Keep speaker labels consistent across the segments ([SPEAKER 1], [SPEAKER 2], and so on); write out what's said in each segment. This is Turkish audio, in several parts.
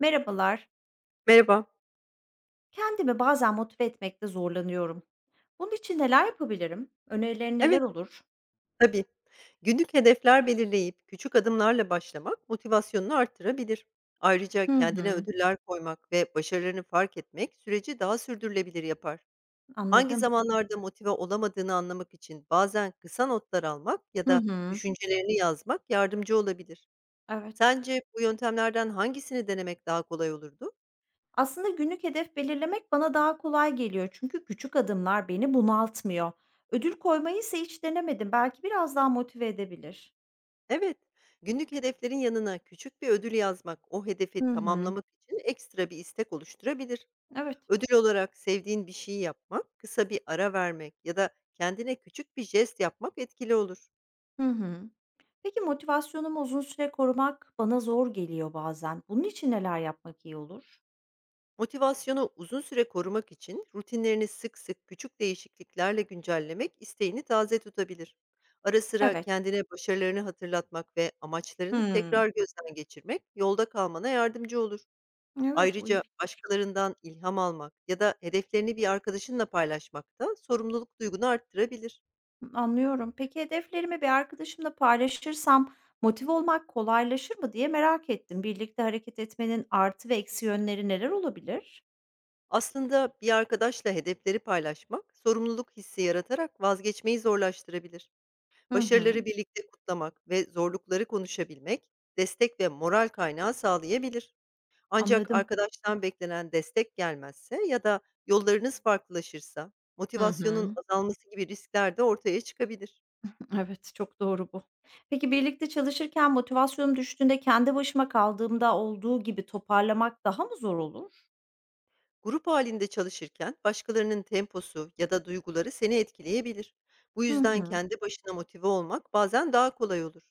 [SPEAKER 1] Merhabalar.
[SPEAKER 2] Merhaba.
[SPEAKER 1] Kendimi bazen motive etmekte zorlanıyorum. Bunun için neler yapabilirim? Önerilerin neler
[SPEAKER 2] Evet,
[SPEAKER 1] olur?
[SPEAKER 2] tabii. Günlük hedefler belirleyip küçük adımlarla başlamak motivasyonunu arttırabilir. Ayrıca
[SPEAKER 1] Hı
[SPEAKER 2] kendine
[SPEAKER 1] hı.
[SPEAKER 2] ödüller koymak ve başarılarını fark etmek süreci daha sürdürülebilir yapar. Hangi
[SPEAKER 1] Anladım.
[SPEAKER 2] zamanlarda motive olamadığını anlamak için bazen kısa notlar almak ya
[SPEAKER 1] Hı
[SPEAKER 2] da
[SPEAKER 1] hı.
[SPEAKER 2] düşüncelerini yazmak yardımcı olabilir.
[SPEAKER 1] Evet.
[SPEAKER 2] Sence bu yöntemlerden hangisini denemek daha kolay olurdu?
[SPEAKER 1] Aslında günlük hedef belirlemek bana daha kolay geliyor. Çünkü küçük adımlar beni bunaltmıyor. Ödül koymayı ise hiç denemedim. Belki biraz daha motive edebilir.
[SPEAKER 2] Evet, günlük hedeflerin yanına küçük bir ödül yazmak o hedefi
[SPEAKER 1] Hı hı.
[SPEAKER 2] tamamlamak için ekstra bir istek oluşturabilir.
[SPEAKER 1] Evet.
[SPEAKER 2] Ödül olarak sevdiğin bir şeyi yapmak, kısa bir ara vermek ya da kendine küçük bir jest yapmak etkili olur.
[SPEAKER 1] Hı hı. Peki motivasyonumu uzun süre korumak bana zor geliyor bazen. Bunun için neler yapmak iyi olur?
[SPEAKER 2] Motivasyonu uzun süre korumak için rutinlerini sık sık küçük değişikliklerle güncellemek isteğini taze tutabilir. Ara sıra
[SPEAKER 1] Evet.
[SPEAKER 2] kendine başarılarını hatırlatmak ve amaçlarını
[SPEAKER 1] Hıı.
[SPEAKER 2] tekrar gözden geçirmek yolda kalmana yardımcı olur.
[SPEAKER 1] Evet, bu iyi
[SPEAKER 2] Ayrıca
[SPEAKER 1] fikir.
[SPEAKER 2] başkalarından ilham almak ya da hedeflerini bir arkadaşınla paylaşmak da sorumluluk duygunu arttırabilir.
[SPEAKER 1] Anlıyorum. Peki hedeflerimi bir arkadaşımla paylaşırsam motive olmak kolaylaşır mı diye merak ettim. Birlikte hareket etmenin artı ve eksi yönleri neler olabilir?
[SPEAKER 2] Aslında bir arkadaşla hedefleri paylaşmak, sorumluluk hissi yaratarak vazgeçmeyi zorlaştırabilir.
[SPEAKER 1] Hı
[SPEAKER 2] Başarıları
[SPEAKER 1] hı.
[SPEAKER 2] birlikte kutlamak ve zorlukları konuşabilmek destek ve moral kaynağı sağlayabilir. Ancak
[SPEAKER 1] Anladım.
[SPEAKER 2] arkadaştan beklenen destek gelmezse ya da yollarınız farklılaşırsa
[SPEAKER 1] Hı
[SPEAKER 2] motivasyonun
[SPEAKER 1] hı.
[SPEAKER 2] azalması gibi riskler de ortaya çıkabilir.
[SPEAKER 1] Evet, çok doğru bu. Peki birlikte çalışırken motivasyonum düştüğünde kendi başıma kaldığımda olduğu gibi toparlamak daha mı zor olur?
[SPEAKER 2] Grup halinde çalışırken başkalarının temposu ya da duyguları seni etkileyebilir. Bu
[SPEAKER 1] Hı
[SPEAKER 2] yüzden
[SPEAKER 1] hı.
[SPEAKER 2] kendi başına motive olmak bazen daha kolay olur.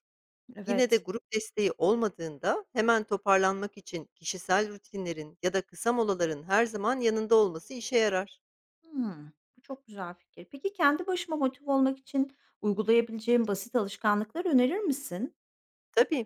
[SPEAKER 2] Yine de
[SPEAKER 1] Evet.
[SPEAKER 2] grup desteği olmadığında hemen toparlanmak için kişisel rutinlerin ya da kısa molaların her zaman yanında olması işe yarar.
[SPEAKER 1] Hmm, bu çok güzel fikir. Peki kendi başıma motive olmak için uygulayabileceğim basit alışkanlıklar önerir misin?
[SPEAKER 2] Tabii,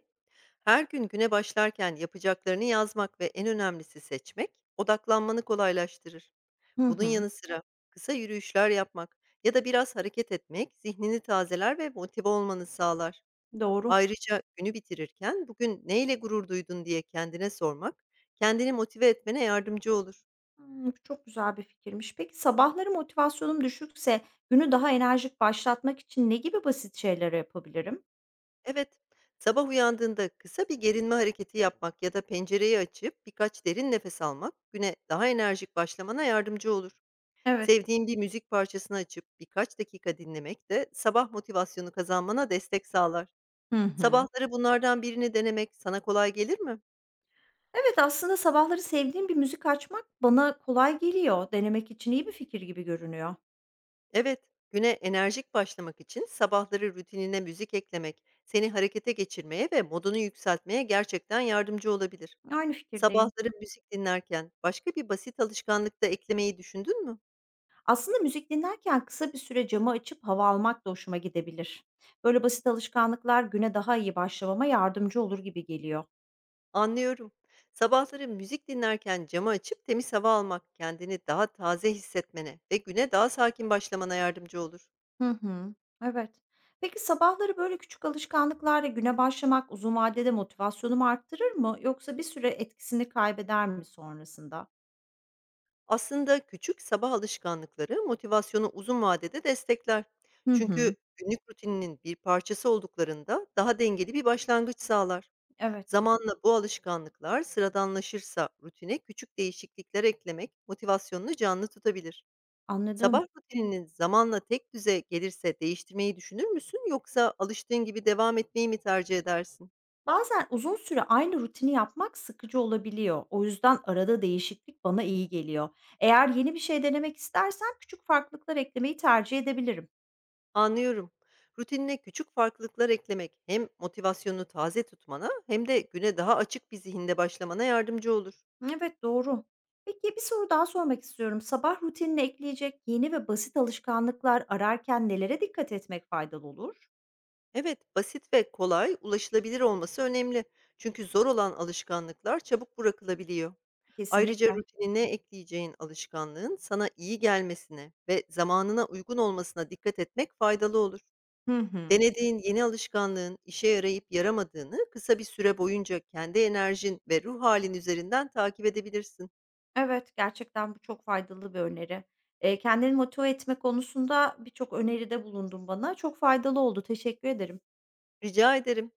[SPEAKER 2] her gün güne başlarken yapacaklarını yazmak ve en önemlisi seçmek odaklanmanı kolaylaştırır.
[SPEAKER 1] Hı
[SPEAKER 2] Bunun
[SPEAKER 1] hı.
[SPEAKER 2] yanı sıra kısa yürüyüşler yapmak ya da biraz hareket etmek zihnini tazeler ve motive olmanı sağlar.
[SPEAKER 1] Doğru.
[SPEAKER 2] Ayrıca günü bitirirken bugün neyle gurur duydun diye kendine sormak kendini motive etmene yardımcı olur.
[SPEAKER 1] Hımm, bu çok güzel bir fikirmiş. Peki sabahları motivasyonum düşükse günü daha enerjik başlatmak için ne gibi basit şeyler yapabilirim?
[SPEAKER 2] Evet, sabah uyandığında kısa bir gerinme hareketi yapmak ya da pencereyi açıp birkaç derin nefes almak güne daha enerjik başlamana yardımcı olur.
[SPEAKER 1] Evet.
[SPEAKER 2] Sevdiğin bir müzik parçasını açıp birkaç dakika dinlemek de sabah motivasyonu kazanmana destek sağlar.
[SPEAKER 1] Hı hı.
[SPEAKER 2] Sabahları bunlardan birini denemek sana kolay gelir mi?
[SPEAKER 1] Evet, aslında sabahları sevdiğim bir müzik açmak bana kolay geliyor. Denemek için iyi bir fikir gibi görünüyor.
[SPEAKER 2] Evet, güne enerjik başlamak için sabahları rutinine müzik eklemek seni harekete geçirmeye ve modunu yükseltmeye gerçekten yardımcı olabilir.
[SPEAKER 1] Aynı fikirdeyim.
[SPEAKER 2] Sabahları müzik dinlerken başka bir basit alışkanlık da eklemeyi düşündün mü?
[SPEAKER 1] Aslında müzik dinlerken kısa bir süre camı açıp hava almak da hoşuma gidebilir. Böyle basit alışkanlıklar güne daha iyi başlamama yardımcı olur gibi geliyor.
[SPEAKER 2] Anlıyorum. Sabahları müzik dinlerken camı açıp temiz hava almak kendini daha taze hissetmene ve güne daha sakin başlamana yardımcı olur.
[SPEAKER 1] Hı hı. Evet. Peki sabahları böyle küçük alışkanlıklarla güne başlamak uzun vadede motivasyonumu arttırır mı yoksa bir süre etkisini kaybeder mi sonrasında?
[SPEAKER 2] Aslında küçük sabah alışkanlıkları motivasyonu uzun vadede destekler.
[SPEAKER 1] Hı
[SPEAKER 2] Çünkü
[SPEAKER 1] hı.
[SPEAKER 2] günlük rutininin bir parçası olduklarında daha dengeli bir başlangıç sağlar.
[SPEAKER 1] Evet,
[SPEAKER 2] Zamanla bu alışkanlıklar sıradanlaşırsa rutine küçük değişiklikler eklemek motivasyonunu canlı tutabilir.
[SPEAKER 1] anladım.
[SPEAKER 2] Sabah rutininin zamanla tek tekdüze gelirse değiştirmeyi düşünür müsün yoksa alıştığın gibi devam etmeyi mi tercih edersin?
[SPEAKER 1] Bazen uzun süre aynı rutini yapmak sıkıcı olabiliyor. O yüzden arada değişiklik bana iyi geliyor. Eğer yeni bir şey denemek istersen küçük farklılıklar eklemeyi tercih edebilirim.
[SPEAKER 2] Anlıyorum. Rutinine küçük farklılıklar eklemek hem motivasyonunu taze tutmana hem de güne daha açık bir zihinde başlamana yardımcı olur.
[SPEAKER 1] Evet, doğru. Peki bir soru daha sormak istiyorum. Sabah rutinine ekleyecek yeni ve basit alışkanlıklar ararken nelere dikkat etmek faydalı olur?
[SPEAKER 2] Evet, basit ve kolay ulaşılabilir olması önemli. Çünkü zor olan alışkanlıklar çabuk bırakılabiliyor. Ayrıca
[SPEAKER 1] Kesinlikle.
[SPEAKER 2] rutinine ekleyeceğin alışkanlığın sana iyi gelmesine ve zamanına uygun olmasına dikkat etmek faydalı olur.
[SPEAKER 1] Hı hı.
[SPEAKER 2] Denediğin yeni alışkanlığın işe yarayıp yaramadığını kısa bir süre boyunca kendi enerjin ve ruh halin üzerinden takip edebilirsin.
[SPEAKER 1] Evet, gerçekten bu çok faydalı bir öneri. Kendini motive etme konusunda birçok öneride bulundun bana. Çok faydalı oldu. Teşekkür ederim.
[SPEAKER 2] Rica ederim.